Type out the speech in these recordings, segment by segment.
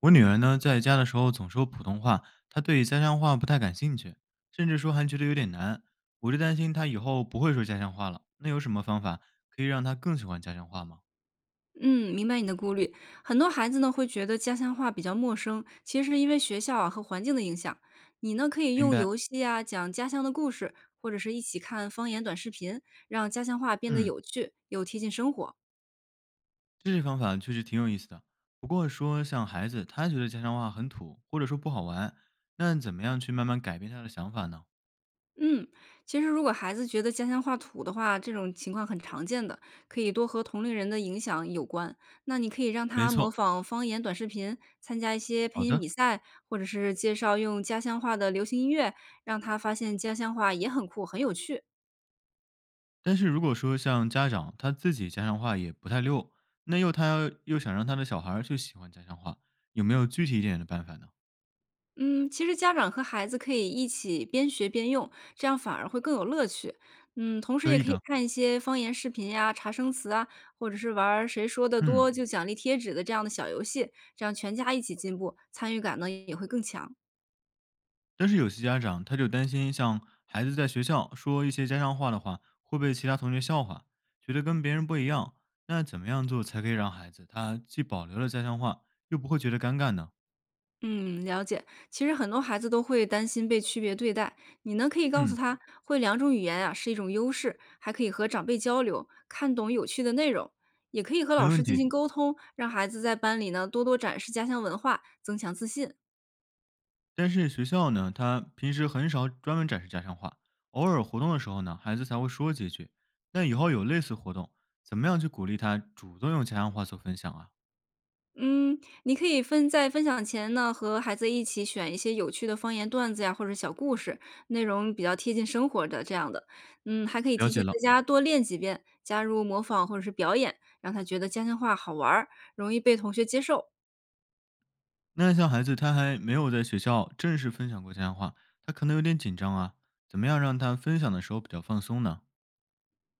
我女儿呢，在家的时候总说普通话，她对家乡话不太感兴趣，甚至说还觉得有点难。我就担心她以后不会说家乡话了。那有什么方法可以让她更喜欢家乡话吗？嗯，明白你的顾虑。很多孩子呢会觉得家乡话比较陌生，其实是因为学校啊和环境的影响。你呢可以明用白。游戏啊讲家乡的故事，或者是一起看方言短视频，让家乡话变得嗯，有趣又贴近生活。这些方法确实挺有意思的。不过说像孩子，他觉得家乡话很土，或者说不好玩，那怎么样去慢慢改变他的想法呢？嗯，其实如果孩子觉得家乡话土的话，这种情况很常见的，可以多和同龄人的影响有关。那你可以让没他模错，仿方言短视频，参加一些配好音的。比赛，或者是介绍用家乡话的流行音乐，让他发现家乡话也很酷，很有趣。但是如果说像家长他自己家乡话也不太溜，那又他想让他的小孩儿去喜欢家乡话，有没有具体一点的办法呢？嗯，其实家长和孩子可以一起边学边用，这样反而会更有乐趣。嗯，同时可也以可以的。看一些方言视频呀、查生词啊，或者是玩儿谁说的嗯，多就奖励贴纸的这样的小游戏，这样全家一起进步，参与感呢也会更强。但是有些家长他就担心，像孩子在学校说一些家乡话的话，会被其他同学笑话，觉得跟别人不一样。那怎么样做才可以让孩子他既保留了家乡话，又不会觉得尴尬呢？嗯，了解。其实很多孩子都会担心被区别对待，你呢可以告诉嗯，他，会两种语言啊是一种优势，还可以和长辈交流，看懂有趣的内容，也可以和没老问师进题。行沟通，让孩子在班里呢多多展示家乡文化，增强自信。但是学校呢，他平时很少专门展示家乡话，偶尔活动的时候呢，孩子才会说几句。那以后有类似活动，怎么样去鼓励他主动用家乡话做分享啊？嗯，你可以分享前呢，和孩子一起选一些有趣的方言段子呀，或者小故事，内容比较贴近生活的这样的。嗯，还可以了提前解了。在家多练几遍，加入模仿或者是表演，让他觉得家乡话好玩儿，容易被同学接受。那像孩子他还没有在学校正式分享过家乡话，他可能有点紧张啊。怎么样让他分享的时候比较放松呢？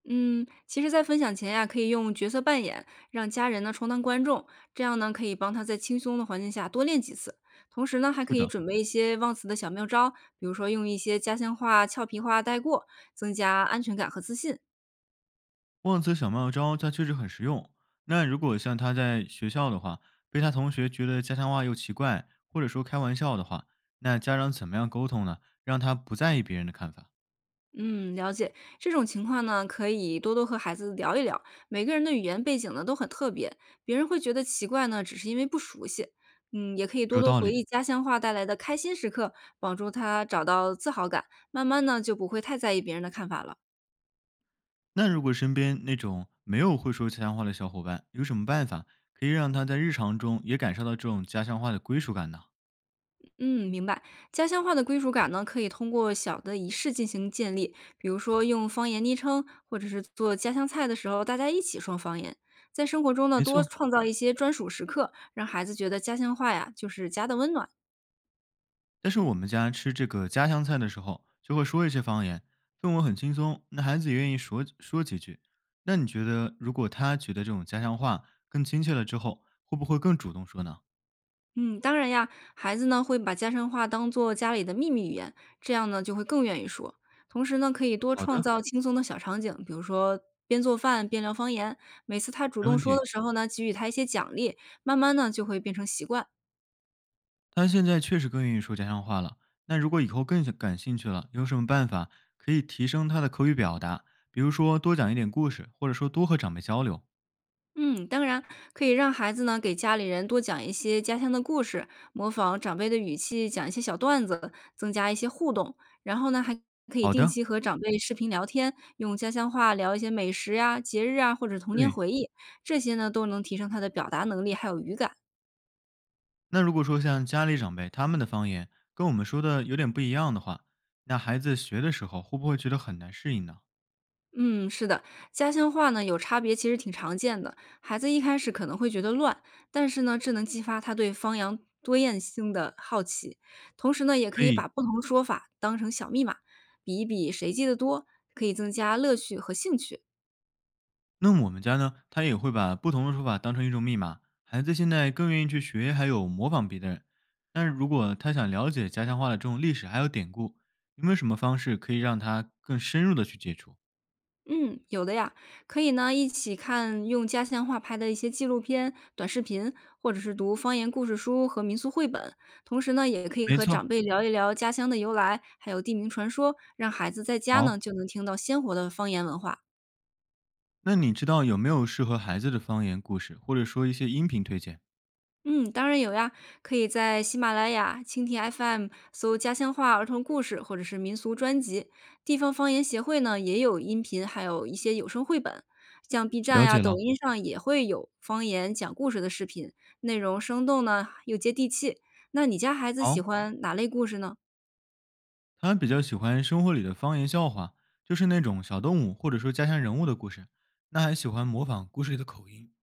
嗯，其实，在分享前呀，可以用角色扮演，让家人呢充当观众，这样呢可以帮他在轻松的环境下多练几次。同时呢，还可是以的。准备一些忘词的小妙招，比如说用一些家乡话、俏皮话带过，增加安全感和自信。忘词小妙招它确实很实用。那如果像他在学校的话，被他同学觉得家乡话又奇怪，或者说开玩笑的话，那家长怎么样沟通呢？让他不在意别人的看法。嗯，了解。这种情况呢，可以多多和孩子聊一聊。每个人的语言背景呢都很特别，别人会觉得奇怪呢，只是因为不熟悉。嗯，也可以多有多道回理。忆家乡话带来的开心时刻，帮助他找到自豪感，慢慢呢就不会太在意别人的看法了。那如果身边那种没有会说家乡话的小伙伴，有什么办法可以让他在日常中也感受到这种家乡话的归属感呢？嗯，明白。家乡话的归属感呢，可以通过小的仪式进行建立，比如说用方言昵称，或者是做家乡菜的时候，大家一起说方言。在生活中呢，没多错，创造一些专属时刻，让孩子觉得家乡话呀就是家的温暖。但是我们家吃这个家乡菜的时候，就会说一些方言，氛围很轻松，那孩子也愿意说几句。那你觉得，如果他觉得这种家乡话更亲切了之后，会不会更主动说呢？嗯，当然呀，孩子呢会把家乡话当做家里的秘密语言，这样呢就会更愿意说。同时呢，可以多好创的，造轻松的小场景，比如说边做饭边聊方言。每次他主没动问说题。的时候呢，给予他一些奖励，慢慢呢就会变成习惯。他现在确实更愿意说家乡话了。那如果以后更想感兴趣了，有什么办法可以提升他的口语表达？比如说多讲一点故事，或者说多和长辈交流。嗯，当然可以让孩子呢给家里人多讲一些家乡的故事，模仿长辈的语气讲一些小段子，增加一些互动。然后呢，还可以好定的，期和长辈视频聊天，用家乡话聊一些美食呀、节日啊，或者童年对，回忆，这些呢都能提升他的表达能力还有语感。那如果说像家里长辈他们的方言跟我们说的有点不一样的话，那孩子学的时候会不会觉得很难适应呢？嗯，是的，家乡话呢有差别，其实挺常见的。孩子一开始可能会觉得乱，但是呢，这能激发他对方言多样性的好奇。同时呢，也可所以以，把不同说法当成小密码，比一比谁记得多，可以增加乐趣和兴趣。那我们家呢，他也会把不同的说法当成一种密码。孩子现在更愿意去学，还有模仿别的人。但是如果他想了解家乡话的这种历史还有典故，有没有什么方式可以让他更深入的去接触？嗯，有的呀，可以呢一起看用家乡话拍的一些纪录片、短视频，或者是读方言故事书和民俗绘本。同时呢，也可以没和错，长辈聊一聊家乡的由来，还有地名传说，让孩子在家呢好，就能听到鲜活的方言文化。那你知道有没有适合孩子的方言故事，或者说一些音频推荐？嗯，当然有呀，可以在喜马拉雅、蜻蜓 FM 搜“家乡话儿童故事”或者是民俗专辑。地方方言协会呢也有音频，还有一些有声绘本。像 B 站了呀、解抖了，音上也会有方言讲故事的视频，内容生动呢又接地气。那你家孩子喜好。欢哪类故事呢？他们比较喜欢生活里的方言笑话，就是那种小动物或者说家乡人物的故事。那还喜欢模仿故事里的口音。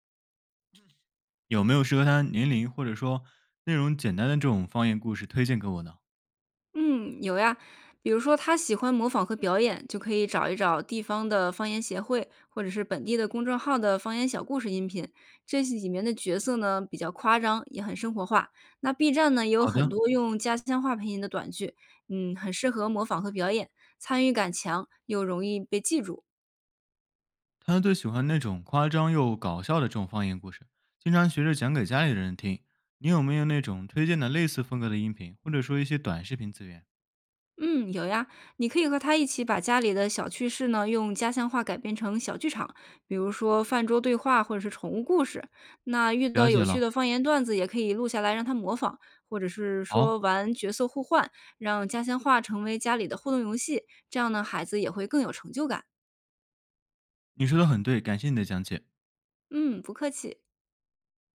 有没有适合他年龄或者说内容简单的这种方言故事推荐给我呢？嗯，有呀，比如说他喜欢模仿和表演，就可以找一找地方的方言协会，或者是本地的公众号的方言小故事音频。这些里面的角色呢比较夸张，也很生活化。那 B 站呢也有好很的，多用家乡话配音的短剧，嗯，很适合模仿和表演，参与感强，又容易被记住。他最喜欢那种夸张又搞笑的这种方言故事，经常学着讲给家里的人听。你有没有那种推荐的类似风格的音频，或者说一些短视频资源？嗯，有呀，你可以和他一起把家里的小趣事呢，用家乡话改编成小剧场，比如说饭桌对话或者是宠物故事。那遇到了有解趣了，的方言段子，也可以录下来让他模仿，或者是说好，玩角色互换，让家乡话成为家里的互动游戏。这样呢，孩子也会更有成就感。你说的很对，感谢你的讲解。嗯，不客气。